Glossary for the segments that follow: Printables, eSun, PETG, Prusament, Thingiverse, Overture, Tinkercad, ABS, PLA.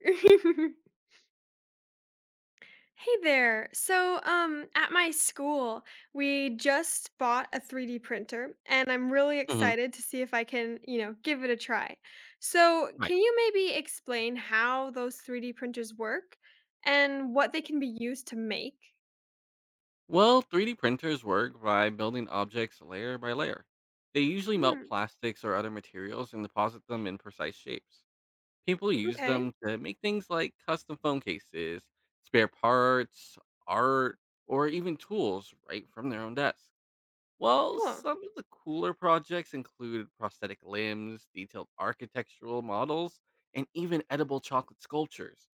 Hey there. At my school, we just bought a 3D printer, and I'm really Hmm. excited to see if I can, give it a try. So, Right. can you maybe explain how those 3D printers work and what they can be used to make? Well, 3D printers work by building objects layer by layer. They usually melt Mm, plastics or other materials and deposit them in precise shapes. People use okay. them to make things like custom phone cases, spare parts, art, or even tools right from their own desk. Well, Cool. some of the cooler projects include prosthetic limbs, detailed architectural models, and even edible chocolate sculptures.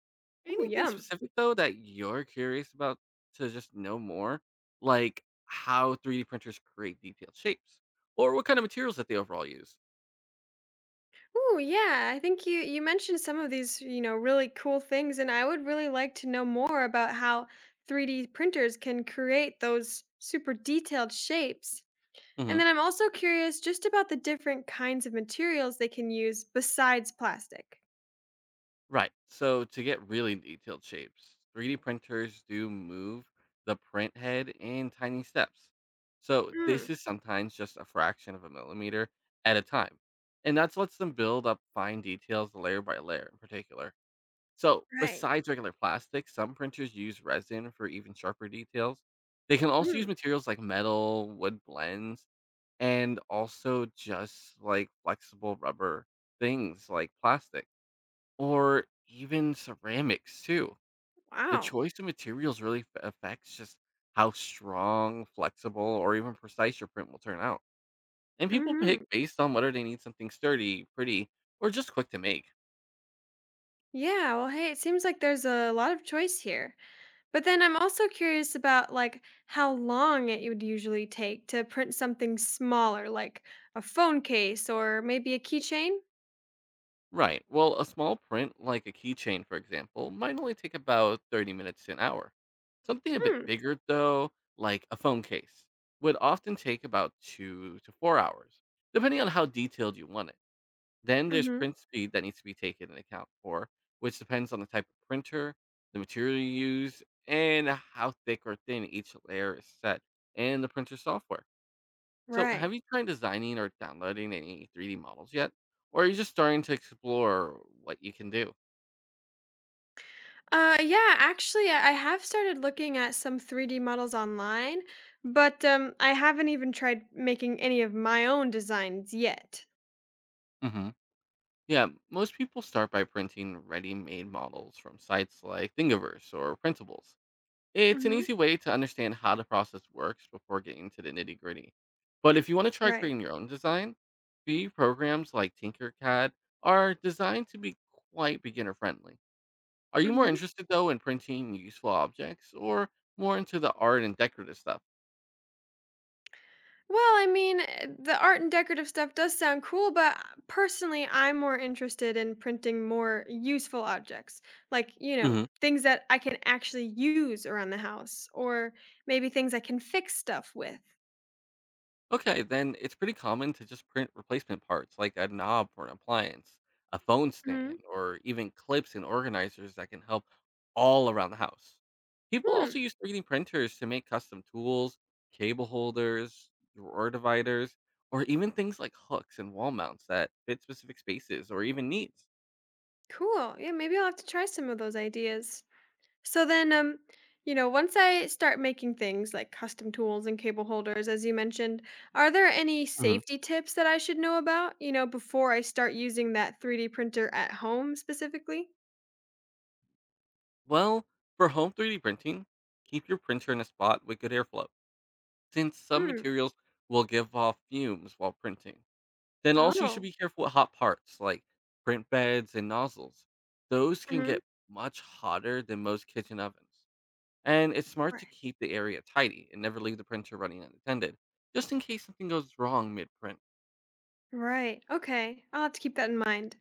Ooh, Anything yum. specific though that you're curious about to just know more? Like how 3D printers create detailed shapes or what kind of materials that they overall use? Oh yeah, I think you mentioned some of these, really cool things, and I would really like to know more about how 3D printers can create those super detailed shapes. And Hmm. then I'm also curious just about the different kinds of materials they can use besides plastic. Right. So to get really detailed shapes, 3D printers do move the print head in tiny steps. So Mm, this is sometimes just a fraction of a millimeter at a time. And that's lets them build up fine details layer by layer in particular. So, right. besides regular plastic, some printers use resin for even sharper details. They can also use Mm, materials like metal, wood blends, and also just like flexible rubber things like plastic or even ceramics too. The wow. choice of materials really affects just how strong, flexible, or even precise your print will turn out. And people Hmm. pick based on whether they need something sturdy, pretty, or just quick to make. Yeah, well, hey, it seems like there's a lot of choice here. But then I'm also curious about, like, how long it would usually take to print something smaller, like a phone case or maybe a keychain? Right. Well, a small print, like a keychain, for example, might only take about 30 minutes to an hour. Something a bit Hmm. bigger, though, like a phone case, would often take about 2 to 4 hours, depending on how detailed you want it. Then there's Mhm. print speed that needs to be taken into account for, which depends on the type of printer, the material you use, and how thick or thin each layer is set, and the printer software. So, have Right. you tried designing or downloading any 3D models yet? Or are you just starting to explore what you can do? Yeah, actually I have started looking at some 3D models online, but I haven't even tried making any of my own designs yet. Hmm. Yeah, most people start by printing ready made models from sites like Thingiverse or Printables. It's an Mhm. easy way to understand how the process works before getting to the nitty gritty. But if you want to try Right. creating your own design, free programs like Tinkercad are designed to be quite beginner friendly. Are you more Mhm. interested though in printing useful objects or more into the art and decorative stuff? Well, I mean, the art and decorative stuff does sound cool, but personally, I'm more interested in printing more useful objects, like, Hmm. things that I can actually use around the house, or maybe things I can fix stuff with. Okay, then it's pretty common to just print replacement parts like a knob for an appliance, a phone Mhm. stand, or even clips and organizers that can help all around the house. People Hmm. also use 3D printers to make custom tools, cable holders, drawer dividers, or even things like hooks and wall mounts that fit specific spaces or even needs. Cool. Yeah, maybe I'll have to try some of those ideas. So once I start making things like custom tools and cable holders, as you mentioned, are there any Hmm. safety tips that I should know about, before I start using that 3D printer at home specifically? Well, for home 3D printing, keep your printer in a spot with good airflow, since some Hmm. materials will give off fumes while printing. Then also you should Oh. be careful with hot parts like print beds and nozzles. Those can Hmm. get much hotter than most kitchen ovens. And it's smart to Right. keep the area tidy and never leave the printer running unattended, just in case something goes wrong mid print. Right. Okay. I'll have to keep that in mind.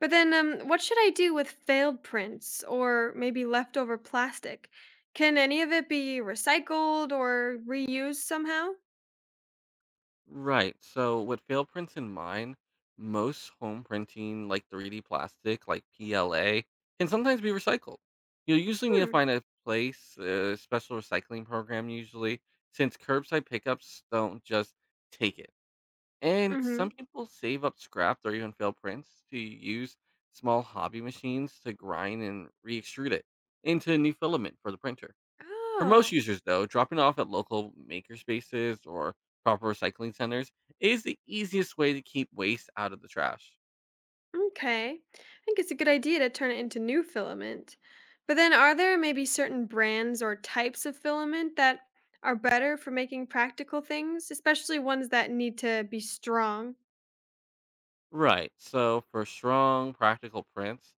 But then, what should I do with failed prints or maybe leftover plastic? Can any of it be recycled or reused somehow? Right, so with fail prints in mind, most home printing, like 3D plastic, like PLA, can sometimes be recycled. You'll usually need to Hmm. find a place, a special recycling program, usually, since curbside pickups don't just take it. And Mm-hmm. some people save up scraps or even failed prints to use small hobby machines to grind and re extrude it into new filament for the printer. For most Oh. users, though, dropping off at local maker spaces or proper recycling centers is the easiest way to keep waste out of the trash. Okay. I think it's a good idea to turn it into new filament. But then, are there maybe certain brands or types of filament that are better for making practical things, especially ones that need to be strong? Right. So for strong practical prints,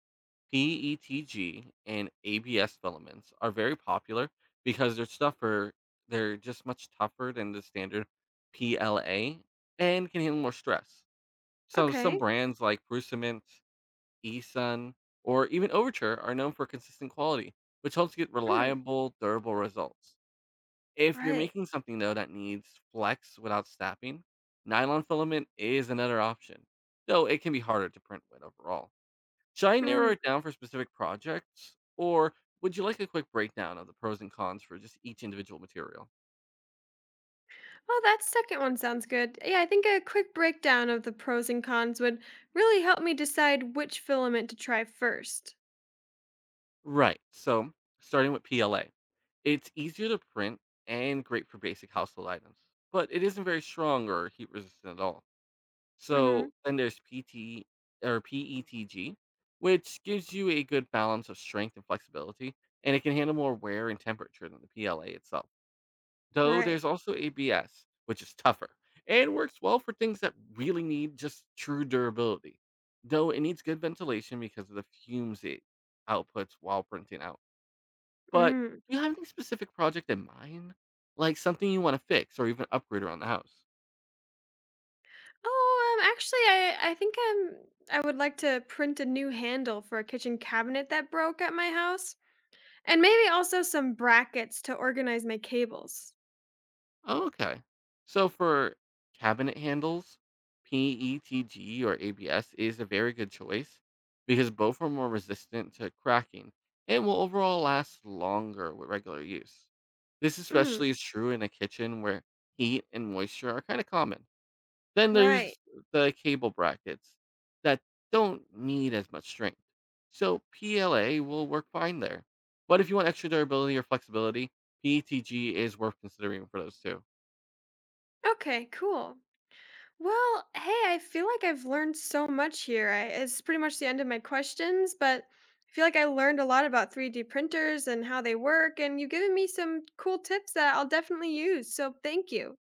PETG and ABS filaments are very popular because they're tougher. They're just much tougher than the standard PLA and can handle more stress. So some Okay. brands like Prusament, eSun, or even Overture are known for consistent quality, which helps get Mm, reliable, durable results. If you're right. making something though that needs flex without snapping, nylon filament is another option, though it can be harder to print with overall. Should I narrow Mm. it down for specific projects, or would you like a quick breakdown of the pros and cons for just each individual material? Well, that second one sounds good. Yeah, I think a quick breakdown of the pros and cons would really help me decide which filament to try 1st. Right, so starting with PLA, it's easier to print and great for basic household items, but it isn't very strong or heat resistant at all. Mm-hmm. So then there's PT or PETG, which gives you a good balance of strength and flexibility, and it can handle more wear and temperature than the PLA itself. Though Right. there's also ABS, which is tougher and works well for things that really need just true durability. Though it needs good ventilation because of the fumes it outputs while printing out. But Mm. do you have any specific project in mind? Like something you want to fix or even upgrade around the house? Oh, actually, I think I would like to print a new handle for a kitchen cabinet that broke at my house, and maybe also some brackets to organize my cables. Oh, okay. So for cabinet handles, PETG or ABS is a very good choice because both are more resistant to cracking and will overall last longer with regular use. This Mm, especially is true in a kitchen where heat and moisture are kind of common. Then right. there's the cable brackets that don't need as much strength. So PLA will work fine there. But if you want extra durability or flexibility, PETG is worth considering for those too. Okay, cool. Well, hey, I feel like I've learned so much here. It's pretty much the end of my questions, but I feel like I learned a lot about 3D printers and how they work, and you've given me some cool tips that I'll definitely use. So thank you.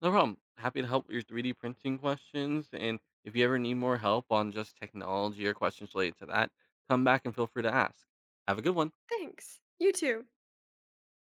No problem. Happy to help with your 3D printing questions. And if you ever need more help on just technology or questions related to that, come back and feel free to ask. Have a good one. Thanks. You too.